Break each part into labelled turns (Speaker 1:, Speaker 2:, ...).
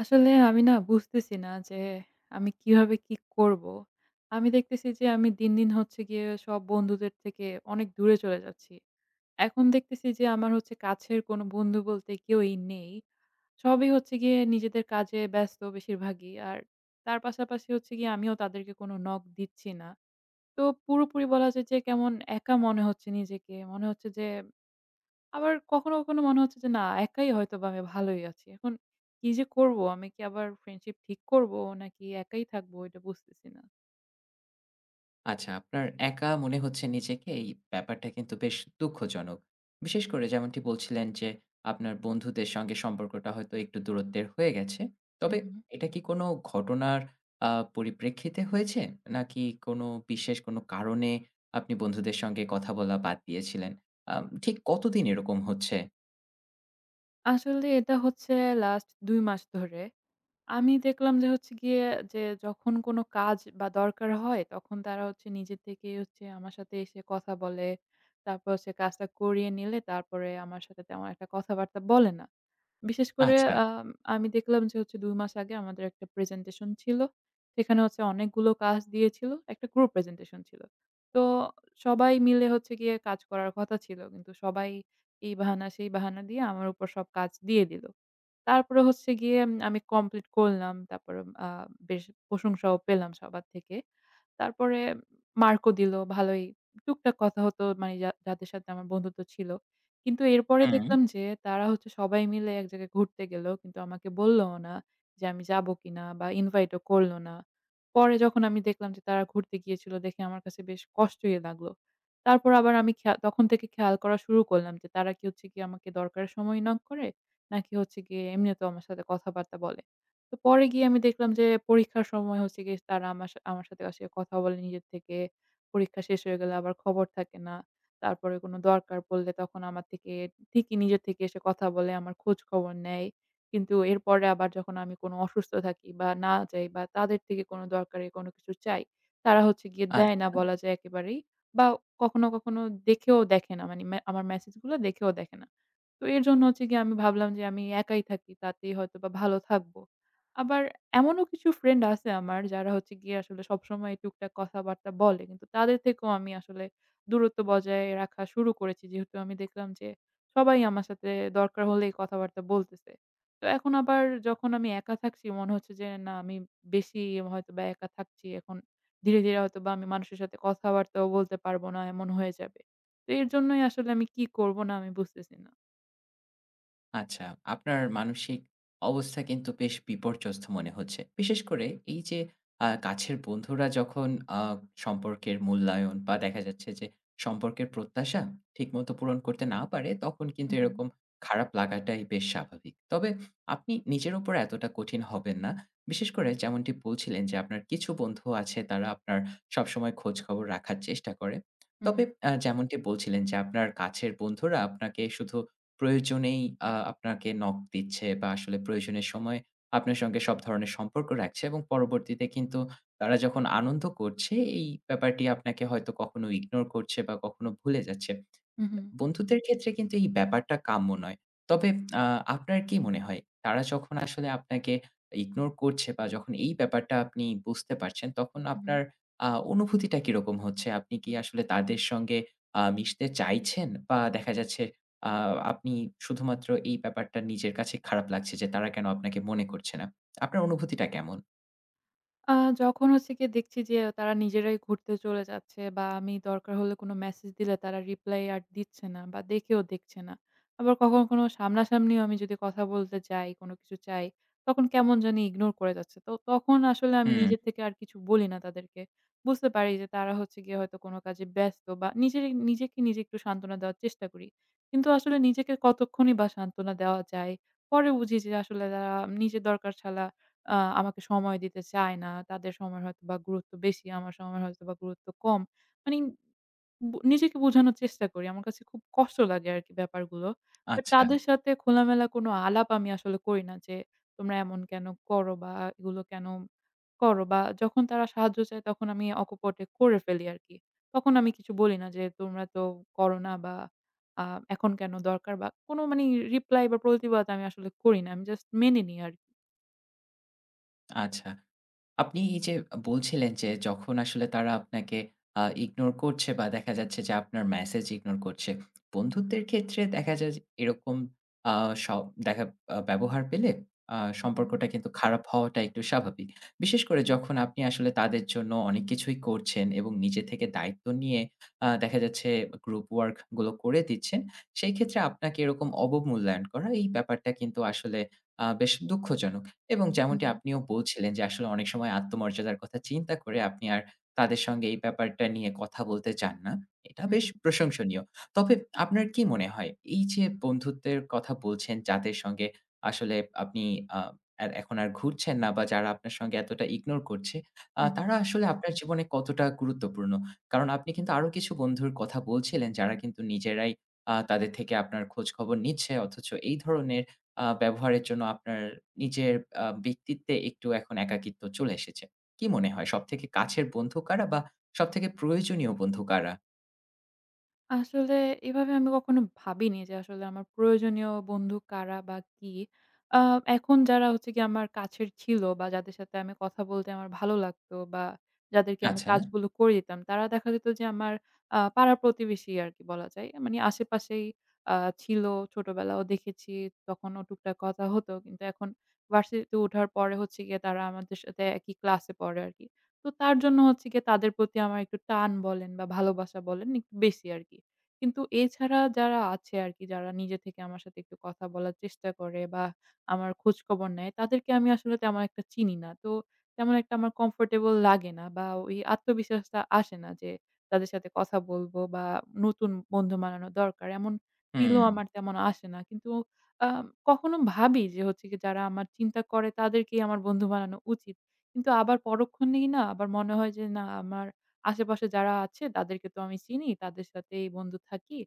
Speaker 1: আসলে আমি বুঝতেছি না যে আমি কিভাবে কি করব? আমি দেখতেছি যে আমি দিন, দিন হচ্ছে গিয়ে সব বন্ধুদের থেকে অনেক দূরে চলে যাচ্ছি। এখন দেখতেছি যে আমার হচ্ছে কাছের কোনো বন্ধু বলতে কেউই নেই। সবই হচ্ছে গিয়ে নিজেদের কাজে ব্যস্ত বেশিরভাগই। আর তার পাশাপাশি হচ্ছে গিয়ে আমিও তাদেরকে কোনো নক দিচ্ছি না। তো পুরোপুরি বলা যায় যে কেমন একা মনে হচ্ছে নিজেকে। মনে হচ্ছে যে আবার কখনো, কখনো মনে হচ্ছে যে না একাই হয়তোবা আমি ভালোই আছি। এখন কি যে করব? আমি কি আবার ফ্রেন্ডশিপ ঠিক করব নাকি একাই থাকবো এটা বুঝতেছি না।
Speaker 2: আচ্ছা, আপনার একা মনে হচ্ছে নিজেকে, এই ব্যাপারটা কিন্তু বেশ দুঃখজনক। বিশেষ করে যেমনটি বলছিলেন যে, আপনার বন্ধুদের সঙ্গে সম্পর্কটা হয়তো একটু দূরত্বের হয়ে গেছে।
Speaker 1: হু,
Speaker 2: তবে
Speaker 1: হু।
Speaker 2: এটা কি কোনো ঘটনার আ পরিপ্রেক্ষিতে হয়েছে? নাকি কোনো বিশেষ কোনো কারণে আপনি বন্ধুদের সঙ্গে কথা বলা বাদ দিয়েছিলেন? ঠিক কতদিন এরকম হচ্ছে?
Speaker 1: আসলে এটা হচ্ছে লাস্ট ২ মাস ধরে। আমি দেখলাম যে হচ্ছে গিয়ে যে যখন কোনো কাজ বা দরকার হয় তখন তারা হচ্ছে নিজে থেকেই হচ্ছে আমার সাথে এসে কথা বলে। তারপর হচ্ছে কাজটা করিয়ে নিলে তারপরে আমার সাথে তেমন একটা কথাবার্তা বলে না। বিশেষ করে
Speaker 2: আচ্ছা।
Speaker 1: আম আমি দেখলাম যে হচ্ছে ২ মাস আগে আমাদের একটা প্রেজেন্টেশন ছিল। সেখানে হচ্ছে অনেকগুলো কাজ দিয়েছিল। একটা গ্রুপ প্রেজেন্টেশন ছিল। তো সবাই মিলে হচ্ছে গিয়ে কাজ করার কথা ছিল। কিন্তু সবাই এই বাহানা সেই বাহানা দিয়ে আমার উপর সব কাজ দিয়ে দিল। তারপরে হচ্ছে গিয়ে আমি কমপ্লিট করলাম। তারপরে আ বেশ প্রশংসাও পেলাম সবার থেকে। তারপরে মার্কও দিল ভালোই। টুকটাক কথা হতো মানে যা যাদের সাথে আমার বন্ধুত্ব ছিল। কিন্তু এরপরে
Speaker 2: হুম,
Speaker 1: দেখলাম যে তারা হচ্ছে সবাই মিলে এক জায়গায় ঘুরতে গেল। কিন্তু আমাকে বললও না যে আমি যাবো কিনা বা ইনভাইট ও করল না। পরে যখন আমি দেখলাম যে তারা ঘুরতে গিয়েছিল দেখে আমার কাছে বেশ কষ্টই লাগলো। তারপর আবার আমি খেয়া তখন থেকে খেয়াল করা শুরু করলাম যে তারা কি হচ্ছে গিয়ে আমাকে দরকারের সময় নক করে? নাকি হচ্ছে গিয়ে এমনিতেও আমার সাথে কথাবার্তা বলে। তো পরে গিয়ে আমি দেখলাম যে পরীক্ষার সময় হচ্ছে গিয়ে তারা আমার সাথে আসলে কথা বলে নিজের থেকে। পরীক্ষা শেষ হয়ে গেলে আবার খবর থাকে না। তারপরে কোনো দরকার পড়লে তখন আমার থেকে ঠিকই নিজে থেকে এসে কথা বলে আমার খোঁজ খবর নেয়। কিন্তু এরপরে আবার যখন আমি কোনো অসুস্থ থাকি বা না যাই বা তাদের থেকে কোনো দরকারে কোনো কিছু চাই, তারা হচ্ছে গিয়ে দেয় না
Speaker 2: আচ্ছা।
Speaker 1: বলা যায় একেবারেই। বা কখনো, কখনো দেখেও দেখে না। মানে আমার মেসেজগুলো দেখেও দেখে না। তো এর জন্য হচ্ছে গিয়ে আমি ভাবলাম যে আমি একাই থাকি তাতেই হয়তোবা ভালো থাকবো। আবার এমনও কিছু ফ্রেন্ড আছে আমার যারা হচ্ছে গিয়ে আসলে সবসময় টুকটাক কথাবার্তা বলে। কিন্তু তাদের থেকেও আমি আসলে দূরত্ব বজায় রাখা শুরু করেছি। যেহেতু আমি দেখলাম যে সবাই আমার সাথে দরকার হলেই কথাবার্তা বলতেছে। তো এখন আবার যখন আমি একা থাকছি মনে হচ্ছে যে না আমি বেশি হয়তোবা একা থাকছি। এখন ধীরে, ধীরে হয়তোবা আমি মানুষের সাথে কথাবার্তাও বলতে পারবো না এমন হয়ে যাবে। তো এর জন্যই আসলে আমি কি করব না আমি বুঝতেছি না।
Speaker 2: আচ্ছা, আপনার মানসিক অবস্থা কিন্তু বেশ বিপর্যস্ত মনে হচ্ছে। বিশেষ করে এই যে কাছের বন্ধুরা যখন আ সম্পর্কের মূল্যায়ন বা দেখা যাচ্ছে যে সম্পর্কের প্রত্যাশা ঠিকমতো পূরণ করতে না পারে, তখন কিন্তু
Speaker 1: Mhm.
Speaker 2: এরকম খারাপ লাগাটাই বেশ স্বাভাবিক। তবে আপনি নিজের উপর এতটা কঠিন হবেন না। বিশেষ করে যেমনটি বলছিলেন যে আপনার কিছু বন্ধু আছে তারা আপনার সবসময় খোঁজখবর রাখার চেষ্টা করে। তবে
Speaker 1: Mhm.
Speaker 2: যেমনটি বলছিলেন যে আপনার কাছের বন্ধুরা আপনাকে শুধু প্রয়োজনেই আপনাকে নক দিচ্ছে বা আসলে প্রয়োজনের সময় আপনার সঙ্গে সব ধরনের সম্পর্ক রাখছে এবং পরবর্তীতে কিন্তু তারা যখন আনন্দ করছে, এই ব্যাপারটি আপনাকে হয়তো কখনো ইগনোর করছে বা কখনো ভুলে যাচ্ছে।
Speaker 1: Mhm.
Speaker 2: বন্ধুদের ক্ষেত্রে কিন্তু এই ব্যাপারটা কাম্য নয়। তবে আ আপনার কি মনে হয় তারা যখন আসলে আপনাকে ইগনোর করছে বা যখন এই ব্যাপারটা আপনি বুঝতে পারছেন তখন আপনার
Speaker 1: Mhm.
Speaker 2: আ অনুভূতিটা কিরকম হচ্ছে? আপনি কি আসলে তাদের সঙ্গে মিশতে চাইছেন? বা দেখা যাচ্ছে আ আপনি শুধুমাত্র এই ব্যাপারটা নিজের কাছে খারাপ লাগছে যে তারা কেন আপনাকে মনে করছে না? আপনার অনুভূতিটা কেমন?
Speaker 1: আ যখন হচ্ছে গিয়ে দেখছি যে তারা নিজেরাই ঘুরতে চলে যাচ্ছে বা আমি দরকার হলে কোনো মেসেজ দিলে তারা রিপ্লাই আর দিচ্ছে না বা দেখেও দেখছে না। আবার কখনো, কখনো সামনাসামনিও আমি যদি কথা বলতে যাই, কোনো কিছু চাই, তখন কেমন জানি ইগনোর করে যাচ্ছে। তো তখন আসলে আমি
Speaker 2: হুম,
Speaker 1: নিজে থেকে আর কিছু বলি না তাদেরকে। বুঝতে পারি যে তারা হচ্ছে গিয়ে হয়তো কোনো কাজে ব্যস্ত বা নিজেকে নিজে একটু সান্ত্বনা দেওয়ার চেষ্টা করি। কিন্তু আসলে নিজেকে কতক্ষণই বা সান্ত্বনা দেওয়া যায়। পরে বুঝি যে আসলে তারা নিজের দরকার ছাড়া আ আমাকে সময় দিতে চায় না। তাদের সময়ের হয়তোবা গুরুত্ব বেশি, আমার সময়ের হয়তোবা গুরুত্ব কম। মানে নিজেকে বোঝানোর চেষ্টা করি। আমার কাছে খুব কষ্ট লাগে আরকি ব্যাপারগুলো। বাট
Speaker 2: আচ্ছা,
Speaker 1: তাদের সাথে খোলামেলা কোনো আলাপ আমি আসলে করি না যে, "তোমরা এমন কেন করো?" বা "এগুলো কেন করো?" বা যখন তারা সাহায্য চায় তখন আমি অকপটে করে ফেলি আরকি। তখন আমি কিছু বলি না যে, "তোমরা তো করো না" বা আ "এখন কেন দরকার?" বা কোনো মানে রিপ্লাই বা প্রতিবাদ আমি আসলে করি না। আমি জাস্ট মেনে নিই আরকি।
Speaker 2: আচ্ছা। আপনি এই যে বলছিলেন যে যখন আসলে তারা আপনাকে ইগনোর করছে বা দেখা যাচ্ছে যে আপনার মেসেজ ইগনোর করছে। বন্ধুত্বের ক্ষেত্রে দেখা যায় যে এরকম আ স দেখা আ ব্যবহার পেলে আ
Speaker 1: হু, হু।
Speaker 2: সম্পর্কটা কিন্তু খারাপ হওয়াটা একটু স্বাভাবিক। বিশেষ করে যখন আপনি আসলে তাদের জন্য অনেক কিছুই করছেন এবং নিজে থেকে দায়িত্ব নিয়ে দেখা যাচ্ছে গ্রুপ ওয়ার্ক গুলো করে দিচ্ছেন। সেই ক্ষেত্রে আপনাকে এরকম অবমূল্যায়ন করা এই ব্যাপারটা কিন্তু আসলে বেশ দুঃখজনক। এবং
Speaker 1: হু,
Speaker 2: যেমনটি
Speaker 1: হু,
Speaker 2: আপনিও বলছিলেন যে আসলে অনেক সময় আত্মমর্যাদার কথা চিন্তা করে আপনি আর তাদের সঙ্গে এই ব্যাপারটা নিয়ে কথা বলতে চান না। এটা
Speaker 1: হু,
Speaker 2: বেশ
Speaker 1: হু,
Speaker 2: প্রশংসনীয়। তবে আপনার কি মনে হয় এই যে বন্ধুত্বের কথা বলছেন যাদের সঙ্গে আসলে আপনি আ আর এখন আর ঘুরছেন না বা যারা আপনার সঙ্গে এতটা ইগনোর করছে,
Speaker 1: হু, হু।
Speaker 2: তারা আসলে আপনার জীবনে কতটা গুরুত্বপূর্ণ? কারণ আপনি কিন্তু আরো কিছু বন্ধুর কথা বলছিলেন যারা কিন্তু নিজেরাই তাদের থেকে আপনার খোঁজখবর নিচ্ছে অথচ এই ধরনের ব্যবহারের জন্য আপনার নিজের ব্যক্তিত্বে একটু এখন একাকিত্ব চলে এসেছে। কি মনে হয় সবথেকে কাছের বন্ধু কারা বা সবথেকে প্রয়োজনীয় বন্ধু কারা?
Speaker 1: আসলে এভাবে আমি কখনো ভাবিনি যে আসলে আমার প্রয়োজনীয় বন্ধু কারা বা কি। আ এখন যারা হচ্ছে গিয়ে আমার কাছের ছিল বা যাদের সাথে আমি কথা বলতে আমার ভালো লাগতো বা যাদেরকে আমি
Speaker 2: আচ্ছা,
Speaker 1: কাজগুলো করে দিতাম, তারা দেখা যেত যে আমার পাড়া-প্রতিবেশী আরকি বলা যায়। মানে আশেপাশেই আ ছিল, ছোটবেলাও দেখেছি, তখনও টুকটাক কথা হতো। কিন্তু এখন ভার্সিটিতে ওঠার পরে হচ্ছে গিয়ে তারা আমাদের সাথে একই ক্লাসে পড়ে আরকি। তো তার জন্য হচ্ছে গিয়ে তাদের প্রতি আমার একটু টান বলেন বা ভালোবাসা বলেন একটু বেশি আরকি। কিন্তু এছাড়া যারা আছে আরকি যারা নিজে থেকে আমার সাথে একটু কথা বলার চেষ্টা করে বা আমার খোঁজখবর নেয়, তাদেরকে আমি আসলে তেমন একটা চিনি না। তো তেমন একটা আমার কমফোর্টেবল লাগে না বা ওই আত্মবিশ্বাসটা আসে না যে তাদের সাথে কথা বলবো বা নতুন বন্ধু বানানো দরকার। এমন
Speaker 2: হুম।
Speaker 1: ফিলও আমার তেমন আসে না। কিন্তু আ কখনো ভাবি যে হচ্ছে গিয়ে যারা আমার চিন্তা করে তাদেরকেই আমার বন্ধু বানানো উচিত। কিন্তু আবার পরক্ষণেই না আবার মনে হয় যে না আমার আশেপাশে যারা আছে তাদেরকে তো আমি চিনি, তাদের সাথেই বন্ধু থাকি।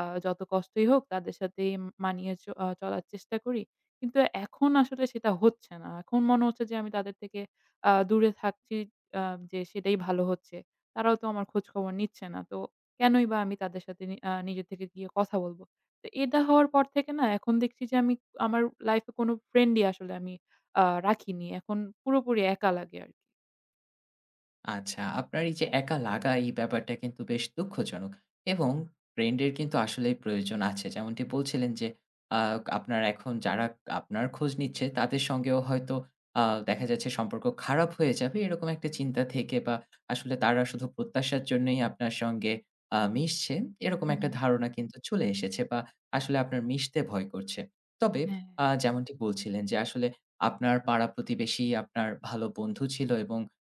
Speaker 1: যত কষ্টই হোক তাদের সাথেই মানিয়ে চ আ চলার চেষ্টা করি। কিন্তু এখন আসলে সেটা হচ্ছে না। এখন মনে হচ্ছে যে আমি তাদের থেকে দূরে থাকছি আ যে সেটাই ভালো হচ্ছে। তারাও তো আমার খোঁজখবর নিচ্ছে না। তো কেনই বা আমি তাদের সাথে নি আ নিজে থেকে গিয়ে কথা বলব? তো এটা হওয়ার পর থেকে না এখন দেখছি যে আমার লাইফে কোনো ফ্রেন্ডই আসলে আমি রাখিনি। এখন পুরোপুরি একা লাগে আরকি।
Speaker 2: আচ্ছা, আপনার এই যে একা লাগা এই ব্যাপারটা কিন্তু বেশ দুঃখজনক এবং ফ্রেন্ডের কিন্তু আসলেই প্রয়োজন আছে। যেমনটি বলছিলেন যে আ আপনার এখন যারা আপনার খোঁজ নিচ্ছে তাদের সঙ্গেও হয়তো আ দেখা যাচ্ছে সম্পর্ক খারাপ হয়ে যাবে এরকম একটা চিন্তা থেকে বা আসলে তারা শুধু প্রত্যাশার জন্যই আপনার সঙ্গে মিশছে এরকম
Speaker 1: হুম,
Speaker 2: একটা
Speaker 1: হুম।
Speaker 2: ধারণা কিন্তু চলে এসেছে বা আসলে আপনার মিশতে ভয় করছে। তবে
Speaker 1: হ্যাঁ।
Speaker 2: যেমনটি বলছিলেন যে আসলে আপনার পাড়া-প্রতিবেশী আপনার ভালো বন্ধু ছিল এবং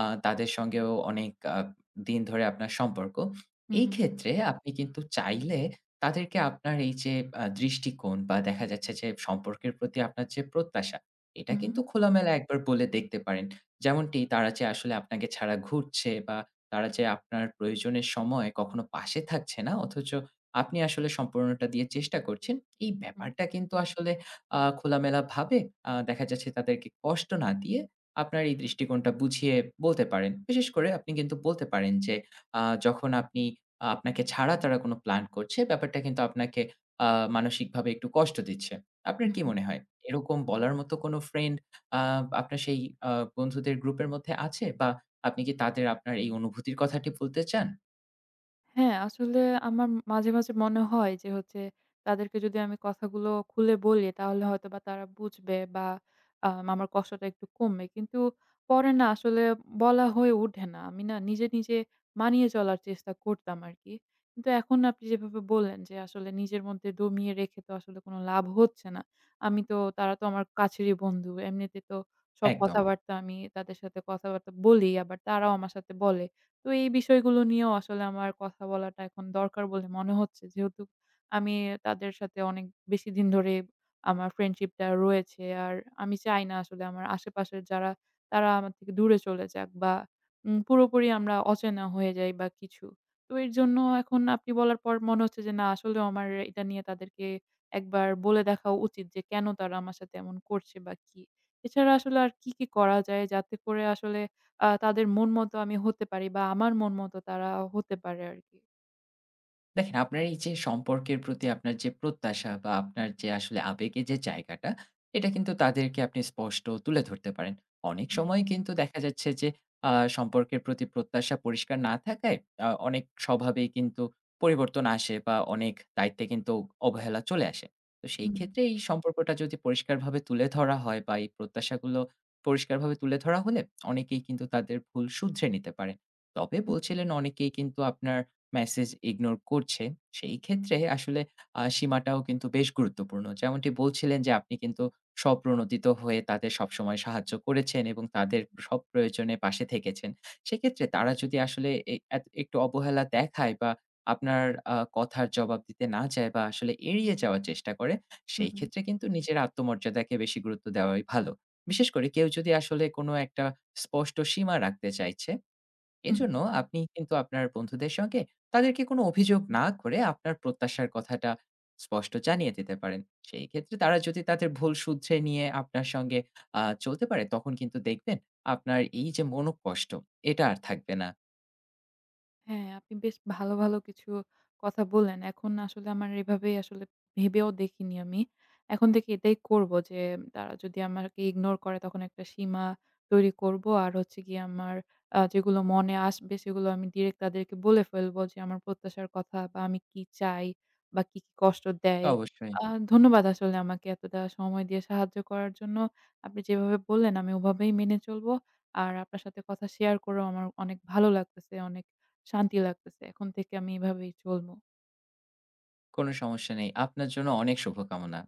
Speaker 2: তাদের সঙ্গেও অনেক দিন ধরে আপনার সম্পর্ক।
Speaker 1: হুম,
Speaker 2: এই
Speaker 1: হুম,
Speaker 2: ক্ষেত্রে আপনি কিন্তু চাইলে তাদেরকে আপনার এই যে দৃষ্টিকোণ বা দেখা যাচ্ছে যে সম্পর্কের প্রতি আপনার যে প্রত্যাশা, এটা
Speaker 1: হুম,
Speaker 2: কিন্তু
Speaker 1: হুম।
Speaker 2: খোলামেলা হুম। একবার বলে দেখতে পারেন। যেমনটি তারা যে আসলে আপনাকে ছাড়া ঘুরছে বা তারা যে আপনার প্রয়োজনের সময় কখনো পাশে থাকছে না, অথচ আপনি আসলে সম্পূর্ণটা দিয়ে চেষ্টা করছেন। এই
Speaker 1: হুম,
Speaker 2: ব্যাপারটা কিন্তু আসলে খোলামেলাভাবে দেখা যাচ্ছে তাদেরকে কষ্ট না দিয়ে আপনার এই দৃষ্টিকোণটা বুঝিয়ে বলতে পারেন। বিশেষ করে আপনি কিন্তু বলতে পারেন যে, আ যখন আপনি আপনাকে ছাড়া তারা কোনো প্ল্যান করছে, ব্যাপারটা কিন্তু আপনাকে আ মানসিকভাবে একটু কষ্ট দিচ্ছে। আপনার কি
Speaker 1: হুম।
Speaker 2: মনে হয়? এরকম বলার মতো কোনো ফ্রেন্ড আ আপনার সেই আ বন্ধুদের গ্রুপের মধ্যে আছে? বা আপনি কি তাদের আপনার এই অনুভূতির কথাটি বলতে চান?
Speaker 1: হ্যাঁ, আসলে আমার মাঝে, মাঝে মনে হয় যে হচ্ছে তাদেরকে যদি আমি কথাগুলো খুলে বলি তাহলে হয়তোবা তারা বুঝবে বা আমার কষ্টটা একটু কমবে। কিন্তু পরে না আসলে বলা হয়ে ওঠে না। আমি নিজে, নিজে মানিয়ে চলার চেষ্টা করতাম আরকি। কিন্তু এখন আপনি যেভাবে বললেন যে আসলে নিজের মধ্যে দমিয়ে রেখে তো আসলে কোনো লাভ হচ্ছে না। আমি তো তারা তো আমার কাছেরই বন্ধু। এমনিতে তো সব
Speaker 2: একদম।
Speaker 1: কথাবার্তা আমি তাদের সাথে কথাবার্তা বলি আবার তারাও আমার সাথে বলে। তো এই বিষয়গুলো নিয়েও আসলে আমার কথা বলাটা এখন দরকার বলে মনে হচ্ছে। যেহেতু আমি তাদের সাথে অনেক বেশি দিন ধরে আমার ফ্রেন্ডশিপটা রয়েছে। আর আমি চাই না আসলে আমার আশেপাশের যারা তারা আমার থেকে দূরে চলে যাক বা পুরোপুরি আমরা অচেনা হয়ে যাই বা কিছু। তো এর জন্য এখন আপনি বলার পর মনে হচ্ছে যে না আসলেও আমার এটা নিয়ে তাদেরকে একবার বলে দেখা উচিত যে কেন তারা আমার সাথে এমন করছে বা কি। এছাড়া আসলে আর কি, কি করা যায় যাতে করে আসলে তাদের মন মতো আমি হতে পারি বা আমার মন মতো তারা হতে পারে আরকি।
Speaker 2: দেখেন, আপনার এই যে সম্পর্কের প্রতি আপনার যে প্রত্যাশা বা আপনার যে আসলে আবেগের যে জায়গাটা, এটা কিন্তু তাদেরকে আপনি স্পষ্ট তুলে ধরতে পারেন। অনেক
Speaker 1: হুম,
Speaker 2: সময় কিন্তু দেখা যাচ্ছে যে আ সম্পর্কের প্রতি প্রত্যাশা পরিষ্কার না থাকায় অনেক স্বভাবেই কিন্তু পরিবর্তন আসে বা অনেক দায়িত্বে কিন্তু অবহেলা চলে আসে। তো সেই
Speaker 1: হুম,
Speaker 2: ক্ষেত্রে এই সম্পর্কটা যদি পরিষ্কারভাবে তুলে ধরা হয় বা এই প্রত্যাশাগুলো পরিষ্কারভাবে তুলে ধরা হলে অনেকেই কিন্তু তাদের ভুল শুধরে নিতে পারেন। তবে
Speaker 1: হুম,
Speaker 2: বলছিলেন অনেকেই কিন্তু আপনার মেসেজ ইগনোর করছে, সেই ক্ষেত্রে আসলে সীমাটাও কিন্তু বেশ গুরুত্বপূর্ণ। যেমনটি বলছিলেন যে আপনি কিন্তু স্বপ্রণোদিত হয়ে তাদের সবসময় সাহায্য করেছেন এবং তাদের সব প্রয়োজনে পাশে থেকেছেন। সেক্ষেত্রে তারা যদি আসলে এত একটু অবহেলা দেখায় বা আপনার কথার জবাব দিতে না চায় বা আসলে এড়িয়ে যাওয়ার চেষ্টা করে,
Speaker 1: হুম,
Speaker 2: সেই
Speaker 1: হুম,
Speaker 2: ক্ষেত্রে কিন্তু নিজের আত্মমর্যাদাকে বেশি গুরুত্ব দেওয়াই ভালো। বিশেষ করে কেউ যদি আসলে কোনো একটা স্পষ্ট সীমা রাখতে চাইছে,
Speaker 1: হুম।
Speaker 2: এজন্য আপনি কিন্তু আপনার বন্ধুদের সঙ্গে তাদেরকে কোনো অভিযোগ না করে আপনার প্রত্যাশার কথাটা স্পষ্ট জানিয়ে দিতে পারেন। সেই ক্ষেত্রে তারা যদি তাদের ভুল শুধরে নিয়ে আপনার সঙ্গে চলতে পারে, তখন কিন্তু দেখবেন আপনার এই যে মনোকষ্ট, এটা আর থাকবে না।
Speaker 1: হ্যাঁ, আপনি বেশ ভালো, ভালো কিছু কথা বললেন। এখন আসলে আমার এভাবেই আসলে ভেবেও দেখিনি আমি। এখন থেকে এটাই করব যে তারা যদি আমাকে ইগনোর করে তখন একটা সীমা তৈরি করব। আর হচ্ছে গিয়ে আমার যেগুলো মনে আসবে সেগুলো আমি ডিরেক্ট তাদেরকে বলে ফেলব যে আমার প্রত্যাশার কথা বা আমি কি চাই বা কি, কি কষ্ট দেয়।
Speaker 2: অবশ্যই,
Speaker 1: আ ধন্যবাদ আসলে আমাকে এতটা সময় দিয়ে সাহায্য করার জন্য। আপনি যেভাবে বললেন আমি ওভাবেই মেনে চলব। আর আপনার সাথে কথা শেয়ার করেও আমার অনেক ভালো লাগতেছে। অনেক শান্তি লাগতেছে। এখন থেকে আমি এভাবেই চলবো।
Speaker 2: কোনো সমস্যা নেই। আপনার জন্য অনেক শুভকামনা।